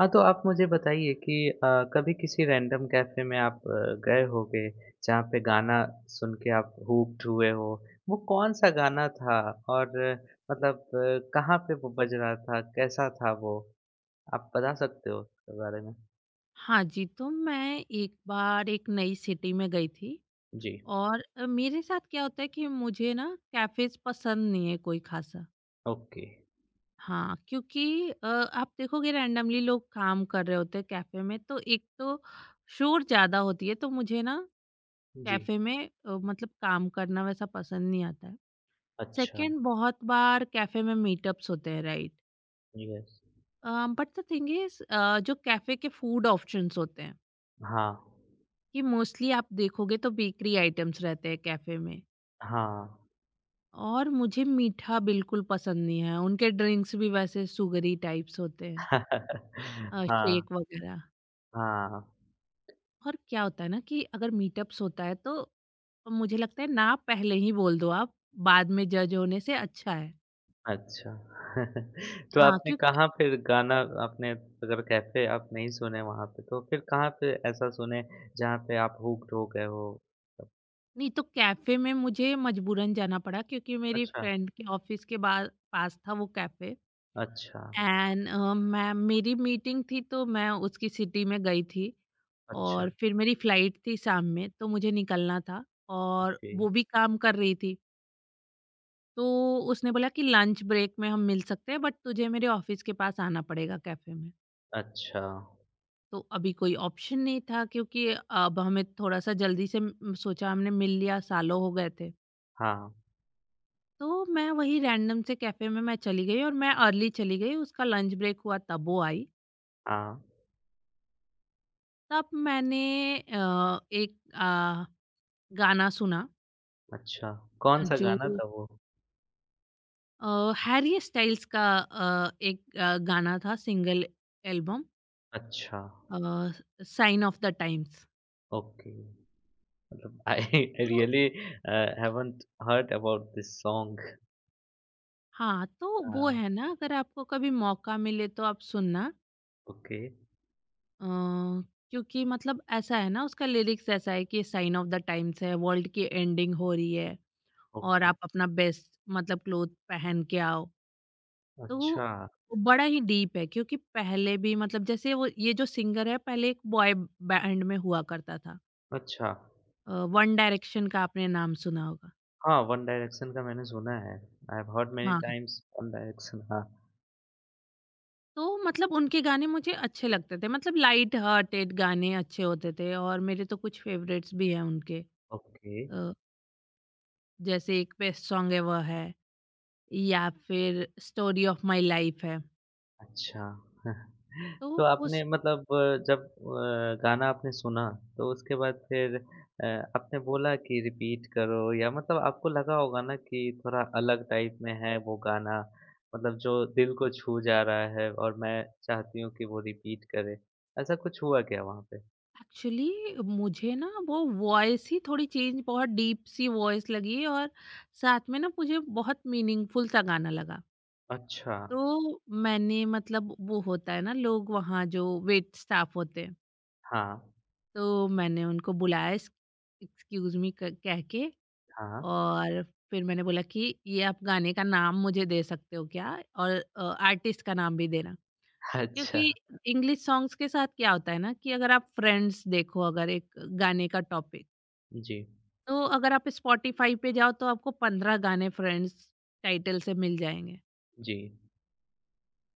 हाँ, तो आप मुझे बताइए कि कभी किसी रैंडम कैफ़े में आप गए होंगे, जहाँ पे गाना सुन के आप हूक्ड हुए हो। वो कौन-सा गाना था और मतलब कहाँ पे वो बज रहा था, कैसा था वो? आप बता सकते हो उसके बारे में? हाँ जी, तो मैं एक बार एक नई सिटी में गई थी जी। और मेरे साथ क्या होता है कि मुझे ना कैफ़ेज़ पसंद नहीं है कोई ख़ासा। ओके। हाँ, क्योंकि आप देखोगे रैंडमली लोग काम कर रहे होते हैं कैफ़े में तो एक तो शोर ज़्यादा होती है तो मुझे ना जी। कैफ़े में मतलब काम करना वैसा पसंद नहीं आता है। अच्छा। सेकंड बहुत बार कैफ़े में मीटअप्स होते हैं right? Yes. Uh, but the thing is जो कैफ़े के फूड ऑप्शंस होते हैं हाँ, कि मोस्टली आप देखोगे तो बेकरी आइटम्स रहते हैं कैफे में। हाँ। और मुझे मीठा बिल्कुल पसंद नहीं है, उनके ड्रिंक्स भी वैसे सुगरी टाइप्स होते हैं, हाँ, हाँ, शेक वगैरह। हाँ। और क्या होता है ना कि अगर मीटअप्स होता है तो मुझे लगता है ना पहले ही बोल दो आप, बाद में जज होने से अच्छा है। अच्छा। तो हाँ आपने क्योंकि कहाँ फिर गाना आपने अगर कैफ़े आप नहीं सुने वहाँ पे, तो फिर कहाँ पे ऐसा सुने जहाँ पे आप हुक्ड हो गए हो? नहीं तो कैफे में मुझे मजबूरन जाना पड़ा क्योंकि मेरी अच्छा। फ्रेंड के ऑफिस के बाद पास था वो कैफे। अच्छा। एंड मैं, मेरी मीटिंग थी तो मैं उसकी सिटी में गई थी अच्छा। और फिर मेरी फ्लाइट थी शाम में तो मुझे निकलना था और ओके। वो भी काम कर रही थी। तो उसने बोला कि लंच ब्रेक में हम मिल सकते हैं बट तुझे मेरे ऑफिस के पास आना पड़ेगा कैफ़े में। अच्छा। तो अभी कोई ऑप्शन नहीं था क्योंकि अब हमें थोड़ा-सा जल्दी से सोचा हमने मिल लिया, सालों हो गए थे। हाँ, तो मैं वही रैंडम से कैफ़े में मैं चली गई और मैं अर्ली चली गई, उसका लंच ब्रेक हुआ तब वो आई। हाँ। तब मैंने एक गाना सुना, अच्छा। कौन-सा जो गाना था वो? हैरी स्टाइल्स का एक गाना था, सिंगल एल्बम अच्छा। Sign of the times. Okay. मतलब आई आई तो really haven't heard about this song. हाँ, तो वो हाँ। है ना, अगर आपको कभी मौका मिले तो आप सुनना। ओके। अ, क्योंकि मतलब ऐसा है ना, उसका लिरिक्स ऐसा है कि साइन ऑफ द टाइम्स है, वर्ल्ड की एंडिंग हो रही है और ओके। आप अपना बेस्ट मतलब क्लोथ पहन के आओ। तो अच्छा। वो बड़ा ही डीप है, क्योंकि पहले भी मतलब जैसे वो ये जो सिंगर है पहले एक बॉय बैंड में हुआ करता था। अच्छा। वन डायरेक्शन का आपने नाम सुना होगा। हाँ, वन डायरेक्शन का मैंने सुना है। आई हैव हर्ड मैनी हाँ, टाइम्स वन डायरेक्शन। हाँ। तो मतलब उनके गाने मुझे अच्छे लगते थे, मतलब लाइट हार्टेड गाने अच्छे होते थे और मेरे तो कुछ फेवरेट्स भी हैं उनके। ओके। अ, जैसे एक बेस्ट सॉन्ग है, वह है या फिर स्टोरी ऑफ माय लाइफ है। अच्छा। तो तो आपने उस, मतलब जब गाना आपने सुना तो उसके बाद फिर आपने बोला कि रिपीट करो या मतलब आपको लगा होगा ना कि थोड़ा अलग टाइप में है वो गाना, मतलब जो दिल को छू जा रहा है और मैं चाहती हूँ कि वो रिपीट करे। ऐसा कुछ हुआ क्या वहाँ पे? एक्चुअली मुझे ना वो वॉइस ही थोड़ी चेंज, बहुत डीप सी वॉइस लगी और साथ में ना मुझे बहुत मीनिंगफुल सा गाना लगा। अच्छा। तो मैंने मतलब, वो होता है ना लोग वहाँ जो वेट स्टाफ होते हैं, हाँ, तो मैंने उनको बुलाया एक्सक्यूज मी कह के। हाँ। और फिर मैंने बोला कि ये आप गाने का नाम मुझे दे सकते हो क्या, और आर्टिस्ट का नाम भी देना। क्योंकि अच्छा। इंग्लिश सॉन्ग्स के साथ क्या होता है ना, कि अगर आप फ्रेंड्स देखो, अगर एक गाने का टॉपिक, जी। तो अगर आप स्पॉटिफ़ाई पे जाओ तो आपको 15 गाने फ्रेंड्स टाइटल से मिल जाएँगे। जी।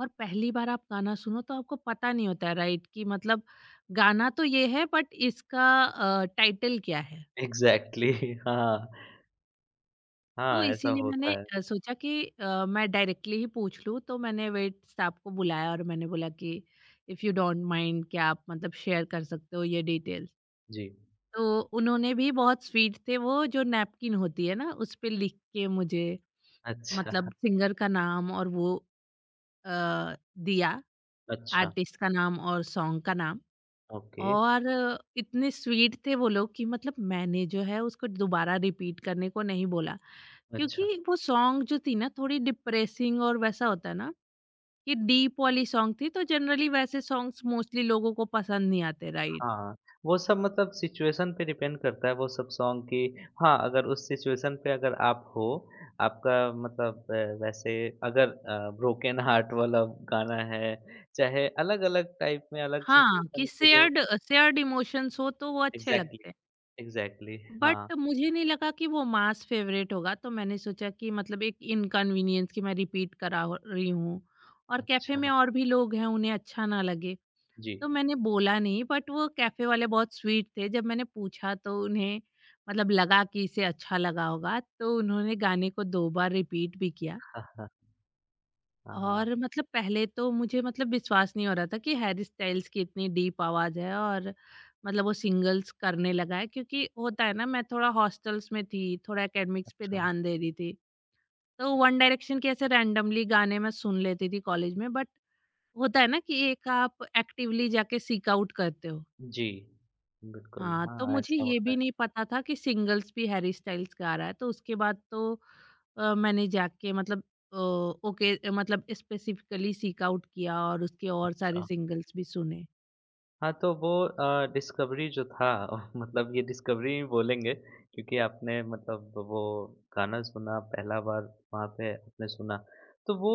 और पहली बार आप गाना सुनो तो आपको पता नहीं होता है राइट, कि मतलब गाना तो ये है बट इसका टाइटल क्या है? एग्ज़ैक्टली। हाँ, तो हाँ, ऐसा इसीलिए मैंने होता है। सोचा कि मैं डायरेक्टली ही पूछ लूँ। तो मैंने वेट साहब को बुलाया और मैंने बोला कि इफ़ यू डोंट माइंड, क्या आप मतलब शेयर कर सकते हो ये डिटेल्स? जी। तो उन्होंने भी, बहुत स्वीट थे वो, जो नैपकिन होती है ना, उस पे लिख के मुझे अच्छा। मतलब सिंगर का नाम और वो अ, दिया, अच्छा। आर्टिस्ट का नाम और सॉन्ग का नाम। ओके। और इतने स्वीट थे वो लोग, कि मतलब मैंने जो है उसको दोबारा रिपीट करने को नहीं बोला, अच्छा। क्योंकि वो सॉन्ग जो थी ना थोड़ी डिप्रेसिंग और वैसा होता है ना कि डीप वाली सॉन्ग थी, तो जनरली वैसे सॉन्ग्स मोस्टली लोगों को पसंद नहीं आते राइट। हाँ। वो सब मतलब सिचुएशन पे डिपेंड करता है वो सब सॉन्ग की। हाँ, अगर उस सिचुएशन पे अगर आप हो, आपका मतलब वैसे अगर ब्रोकन हार्ट वाला गाना है, चाहे अलग-अलग टाइप में अलग हाँ, सिचुएशन कि पे जो शेयर्ड शेयर्ड इमोशंस हो तो वो अच्छे एग्ज़ैक्टली, लगते हैं। एग्ज़ैक्टली। हाँ। बट मुझे नहीं लगा कि वो मास फेवरेट होगा, तो मैंने सोचा कि मतलब एक इनकन्वीनियंस कि मैं रिपीट रही हूँ और कैफे में अच्छा। और भी लोग हैं, उन्हें अच्छा ना लगे। जी। तो मैंने बोला नहीं। बट वो कैफे वाले बहुत स्वीट थे, जब मैंने पूछा तो उन्हें मतलब लगा कि इसे अच्छा लगा होगा, तो उन्होंने गाने को दो बार रिपीट भी किया। हाँ, हाँ, हाँ, और मतलब पहले तो मुझे मतलब विश्वास नहीं हो रहा था कि हैरी स्टाइल्स की इतनी डीप आवाज है, और मतलब वो सिंगल्स करने लगा है। क्योंकि होता है ना, मैं थोड़ा हॉस्टल्स में थी, थोड़ा एकेडमिक्स पे अच्छा। ध्यान दे रही थी, तो वन डायरेक्शन के ऐसे रैंडमली गाने मैं सुन लेती थी कॉलेज में। बट होता है ना कि एक आप एक्टिवली जाके सीक आउट करते हो। जी, बिल्कुल, हाँ, तो हाँ, मुझे ऐसा ये होता भी है। नहीं पता था कि सिंगल्स भी हैरी स्टाइल्स गा रहा है, तो उसके बाद तो मैंने जाके मतलब ओके मतलब स्पेसिफिकली सीक आउट किया और उसके और सारे अच्छा। सिंगल्स भी सुने। हाँ, तो वो डिस्कवरी जो था मतलब ये डिस्कवरी ही बोलेंगे क्योंकि आपने मतलब वो गाना सुना पहला बार वहाँ पे आपने सुना। तो वो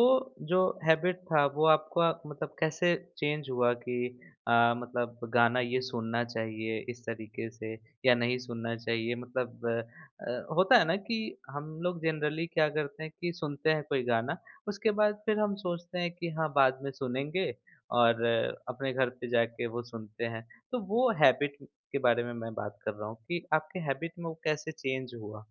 जो हैबिट था वो आपका मतलब कैसे चेंज हुआ कि मतलब गाना ये सुनना चाहिए इस तरीके से या नहीं सुनना चाहिए? मतलब होता है ना कि हम लोग जनरली क्या करते हैं कि सुनते हैं कोई गाना, उसके बाद फिर हम सोचते हैं कि हाँ, बाद में सुनेंगे और अपने घर पे जाके वो सुनते हैं। तो वो हैबिट के बारे में मैं बात कर रहा हूँ कि आपके हैबिट में वो कैसे चेंज हुआ?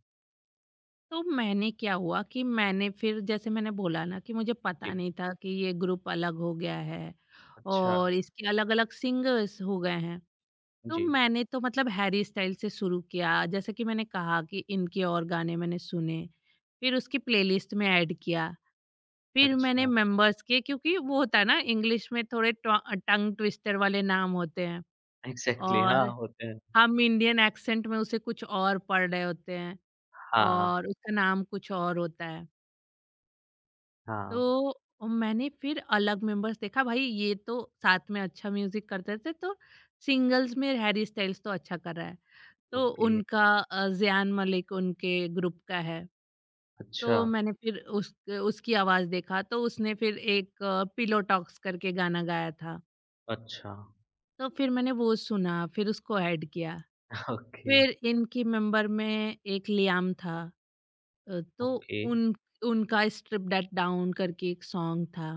तो मैंने, क्या हुआ कि मैंने फिर, जैसे मैंने बोला ना कि मुझे पता जी। नहीं था कि ये ग्रुप अलग हो गया है अच्छा। और इसके अलग-अलग सिंगर्स हो गए हैं। तो जी। मैंने तो मतलब हैरी स्टाइल से शुरू किया, जैसे कि मैंने कहा कि इनके और गाने मैंने सुने, फिर उसकी प्लेलिस्ट में ऐड किया। फिर मैंने अच्छा। मेंबर्स के, क्योंकि वो होता है ना, इंग्लिश में थोड़े ट्वा टंग ट्विस्टर वाले नाम होते हैं एग्ज़ैक्टली। हाँ, और होते हैं। हम इंडियन एक्सेंट में उसे कुछ और पढ़ रहे होते हैं हाँ। और उसका नाम कुछ और होता है। हाँ। तो मैंने फिर अलग मेंबर्स देखा, भाई ये तो साथ में अच्छा म्यूज़िक करते थे, तो सिंगल्स में हैरी स्टाइल्स तो अच्छा कर रहा है। तो ओके। उनका ज़ियान मलिक उनके ग्रुप का है। अच्छा। तो मैंने फिर उस उसकी आवाज़ देखा, तो उसने फिर एक पिलो टॉक्स करके गाना गाया था। अच्छा। तो फिर मैंने वो सुना, फिर उसको ऐड किया। ओके। फिर इनकी मेंबर में एक लियाम था, तो ओके। उन उनका स्ट्रिप दैट डाउन करके एक सॉन्ग था।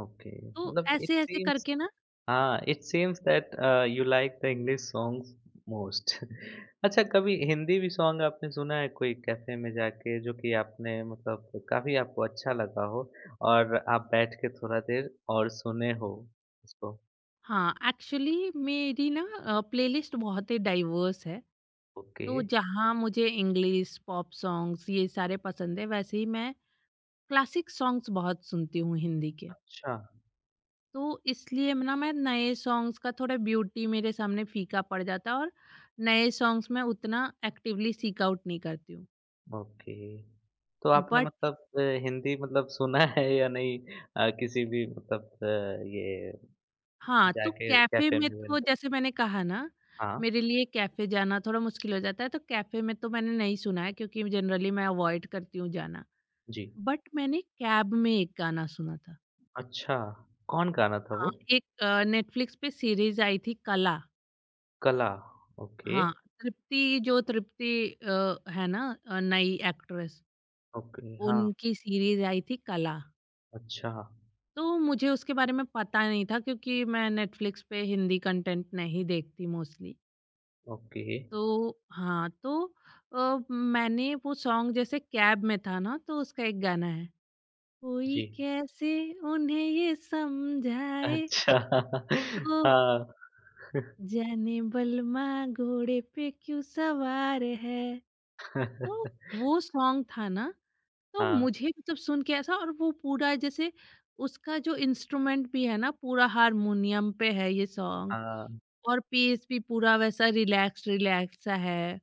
ओके। तो मतलब इट ऐसे-ऐसे सीम्स। करके ना। हाँ, it seems that you like the English songs most. अच्छा कभी हिंदी भी सॉन्ग आपने सुना है कोई कैफ़े में जाके जो कि आपने मतलब काफ़ी आपको अच्छा लगा हो और आप बैठ के थोड़ा देर और सुने हो उसको? हाँ, एक्चुअली मेरी ना प्लेलिस्ट बहुत ही डाइवर्स है। ओके। तो जहाँ मुझे इंग्लिश, पॉप सॉन्ग्स ये सारे पसंद है, वैसे ही मैं क्लासिक सॉन्ग्स बहुत सुनती हूँ हिंदी के। अच्छा। तो इसलिए ना मैं नए सॉन्ग्स का थोड़ा ब्यूटी मेरे सामने फीका पड़ जाता है और नए सॉन्ग्स में उतना एक्टिवली सीक आउट नहीं करती हूँ। ओके। तो आपने बट मतलब हिंदी मतलब सुना है या नहीं किसी भी मतलब ये हाँ, तो जाके कैफ़े कैफ़े में में? तो जैसे मैंने कहा ना, हाँ। मेरे लिए कैफ़े जाना थोड़ा मुश्किल हो जाता है, तो कैफ़े में तो मैंने नहीं सुना है, क्योंकि जनरली मैं अवॉइड करती हूँ जाना। जी। बट मैंने कैब में एक गाना सुना था। अच्छा, कौन गाना था हाँ, वो? एक नेटफ्लिक्स पे सीरीज़ आई थी कला। कला। ओके। हाँ, तृप्ति, जो तृप्ति है ना नई एक्ट्रेस। ओके। हाँ। उनकी सीरीज आई थी कला। अच्छा। तो मुझे उसके बारे में पता नहीं था क्योंकि मैं नेटफ्लिक्स पे हिंदी कंटेंट नहीं देखती मोस्टली। ओके। तो हाँ, तो मैंने वो सॉन्ग, जैसे कैब में था ना, तो उसका एक गाना है, कोई जी। कैसे उन्हें ये समझाए, अच्छा। तो हाँ। जाने बलमा घोड़े पे क्यों सवार है। तो वो सॉन्ग था ना, तो हाँ, मुझे मतलब सुन के ऐसा, और वो पूरा जैसे उसका जो इंस्ट्रूमेंट भी है ना पूरा हारमोनियम पे है ये सॉन्ग हाँ। और पीस भी पूरा वैसा रिलैक्स रिलैक्स सा है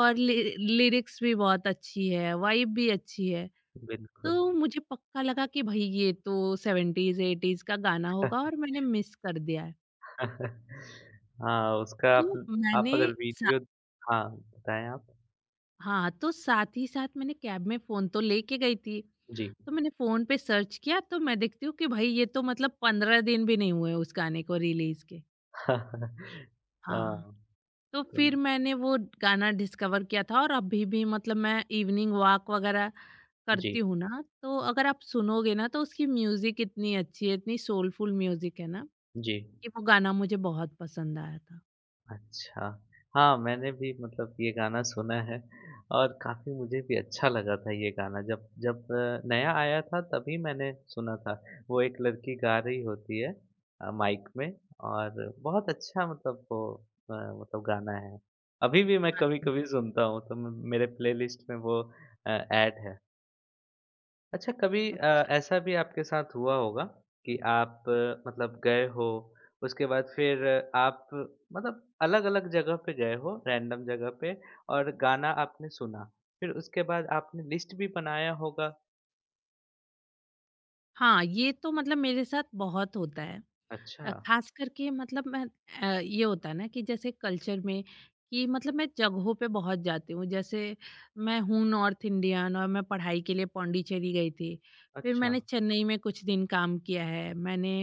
और लिरिक्स भी बहुत अच्छी है, वाइब भी अच्छी है। बिल्कुल। तो मुझे पक्का लगा कि भाई ये तो 70s 80s का गाना होगा और मैंने मिस कर दिया है। हाँ, उसका तो आप मैंने अगर सा, वीडियो हाँ, बताएँ आप? हाँ तो साथ ही साथ मैंने कैब में फोन तो लेके गई थी, जी। तो मैंने फ़ोन पे सर्च किया, तो मैं देखती हूँ कि भाई ये तो मतलब 15 दिन भी नहीं हुए उस गाने को रिलीज़ के। हाँ। हाँ, तो तो फिर मैंने वो गाना डिस्कवर किया था और अभी भी मतलब मैं इवनिंग वॉक वग़ैरह करती जी। हूँ ना, तो अगर आप सुनोगे ना तो उसकी म्यूज़िक इतनी अच्छी है, इतनी सोलफुल म्यूज़िक है ना, जी। कि वो गाना मुझे बहुत पसंद आया था। अच्छा। हाँ, मैंने भी मतलब ये गाना सुना है और काफ़ी मुझे भी अच्छा लगा था ये गाना जब जब नया आया था तभी मैंने सुना था। वो एक लड़की गा रही होती है माइक में और बहुत अच्छा मतलब वो अ, मतलब गाना है। अभी भी मैं हाँ जी। कभी-कभी सुनता हूँ तो म मेरे प्लेलिस्ट में वो ऐड है। अच्छा कभी अच्छा। ऐसा भी आपके साथ हुआ होगा कि आप मतलब गए हो, उसके बाद फिर आप मतलब अलग-अलग जगह पे गए हो, रैंडम जगह पे और गाना आपने सुना। फिर उसके बाद आपने लिस्ट भी बनाया होगा? हाँ, ये तो मतलब मेरे साथ बहुत होता है। अच्छा। खास करके मतलब मैं ये होता है ना कि जैसे कल्चर में, कि मतलब मैं जगहों पे बहुत जाती हूँ जैसे मैं हूँ नॉर्थ इंडियन और मैं पढ़ाई के लिए पौंडीचेरी गई थी, फिर अच्छा। मैंने चेन्नई में कुछ दिन काम किया है, मैंने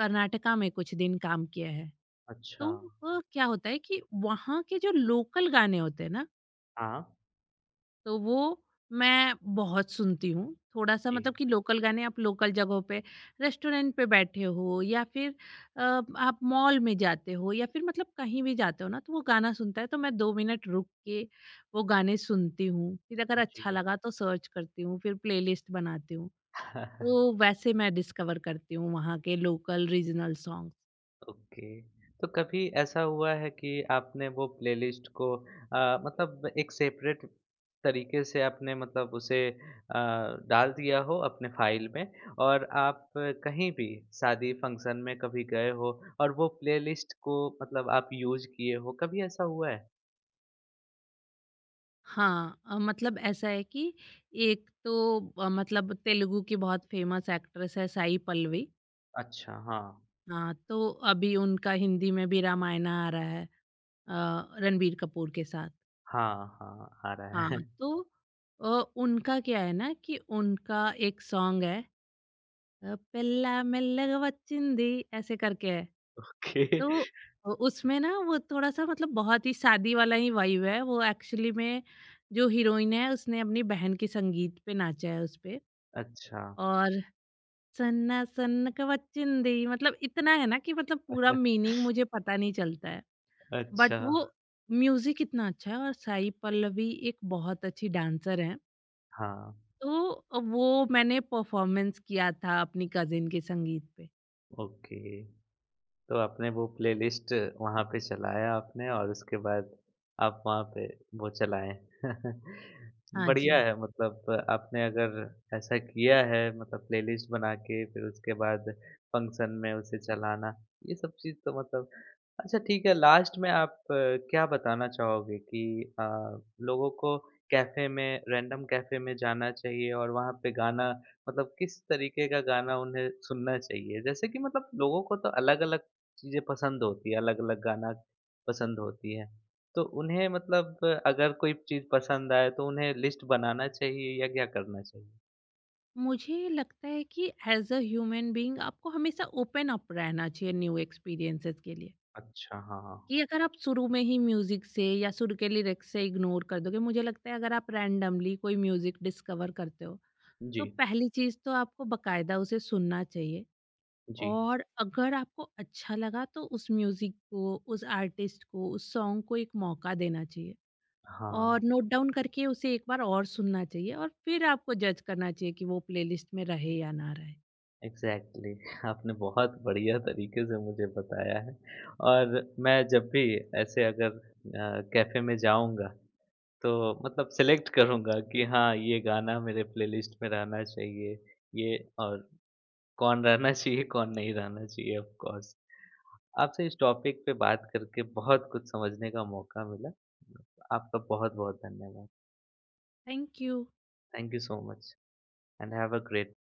कर्नाटका में कुछ दिन काम किया है। अच्छा। तो क्या होता है कि वहाँ के जो लोकल गाने होते हैं ना, हाँ। तो वो मैं बहुत सुनती हूँ। थोड़ा-सा जी। मतलब कि लोकल गाने, आप लोकल जगहों पे, रेस्टोरेंट पे बैठे हो या फिर आप मॉल में जाते हो या फिर मतलब कहीं भी जाते हो ना, तो वो गाना सुनता है तो मैं 2 मिनट रुक के वो गाने सुनती हूँ। फिर अगर अच्छा जी। लगा तो सर्च करती हूँ, फिर प्लेलिस्ट बनाती हूँ। तो वैसे मैं डिस्कवर करती हूँ वहाँ के लोकल रीजनल सॉन्ग्स। ओके। तो कभी ऐसा हुआ है कि आपने वो प्लेलिस्ट को मतलब एक सेपरेट तरीके से आपने मतलब उसे डाल दिया हो अपने फ़ाइल में और आप कहीं भी शादी फ़ंक्शन में कभी गए हो और वो प्लेलिस्ट को मतलब आप यूज़ किए हो, कभी ऐसा हुआ है? हाँ, मतलब ऐसा है कि एक तो मतलब तेलुगु की बहुत फेमस एक्ट्रेस है साई पल्लवी। अच्छा, हाँ। हाँ, तो अभी उनका हिंदी में भी रामायणा आ रहा है, रणबीर कपूर के साथ। हाँ, हाँ, आ रहा हाँ, है। तो अ, उनका क्या है ना, कि उनका एक सॉन्ग है, "पेल्ला मेल्लग वच्चिंदी" ऐसे करके है। ओके। तो उसमें ना वो थोड़ा-सा मतलब बहुत ही शादी वाला ही वाइब है। वो एक्चुअली में जो हीरोइन है उसने अपनी बहन के संगीत पे नाचा है उसपे, अच्छा। और "सन्ना सन्नक वच्चिंदी" मतलब इतना है ना कि मतलब पूरा मीनिंग मुझे पता नहीं चलता है। अच्छा। बट वो म्यूजिक कितना अच्छा है, और साई पल्लवी एक बहुत अच्छी डांसर है। हाँ। तो वो मैंने परफॉर्मेंस किया था अपनी कज़िन के संगीत पे। ओके। तो आपने वो प्लेलिस्ट वहाँ पे चलाया आपने और उसके बाद आप वहाँ पे वो चलाएँ। हाँ बढ़िया जी। है मतलब आपने अगर ऐसा किया है मतलब प्लेलिस्ट बना के फिर उसके बाद फंक्शन में उसे चलाना, ये सब चीज़ तो मतलब अच्छा ठीक है लास्ट में आप क्या बताना चाहोगे कि लोगों को कैफ़े में रैंडम कैफ़े में जाना चाहिए और वहाँ पे गाना मतलब किस तरीके का गाना उन्हें सुनना चाहिए? जैसे कि मतलब लोगों को तो अलग-अलग चीज़ें पसंद होती है, अलग-अलग गाना पसंद होती है। तो उन्हें मतलब अगर कोई चीज़ पसंद आए तो उन्हें लिस्ट बनाना चाहिए या क्या करना चाहिए? मुझे लगता है कि एज़ अ ह्यूमन बीइंग आपको हमेशा ओपन अप रहना चाहिए न्यू एक्सपीरियंसेस के लिए। अच्छा, हाँ, हाँ। कि अगर आप शुरू में ही म्यूजिक से या शुरू के लिरिक्स से इग्नोर कर दोगे, मुझे लगता है अगर आप रैंडमली कोई म्यूजिक डिस्कवर करते हो, जी। तो पहली चीज़ तो आपको बाकायदा उसे सुनना चाहिए। जी। और अगर आपको अच्छा लगा तो उस म्यूज़िक को, उस आर्टिस्ट को, उस सॉन्ग को एक मौका देना चाहिए हाँ। और नोट डाउन करके उसे एक बार और सुनना चाहिए, और फिर आपको जज करना चाहिए कि वो प्लेलिस्ट में रहे या ना रहे। एग्ज़ैक्टली। आपने बहुत बढ़िया तरीके से मुझे बताया है और मैं जब भी ऐसे अगर कैफ़े में जाऊँगा तो मतलब सेलेक्ट करूँगा कि हाँ, ये गाना मेरे प्लेलिस्ट में रहना चाहिए, ये और कौन रहना चाहिए, कौन नहीं रहना चाहिए ऑफ कोर्स। आपसे इस टॉपिक पे बात करके बहुत कुछ समझने का मौका मिला। आपका बहुत-बहुत धन्यवाद। Thank you. Thank you so much and have a great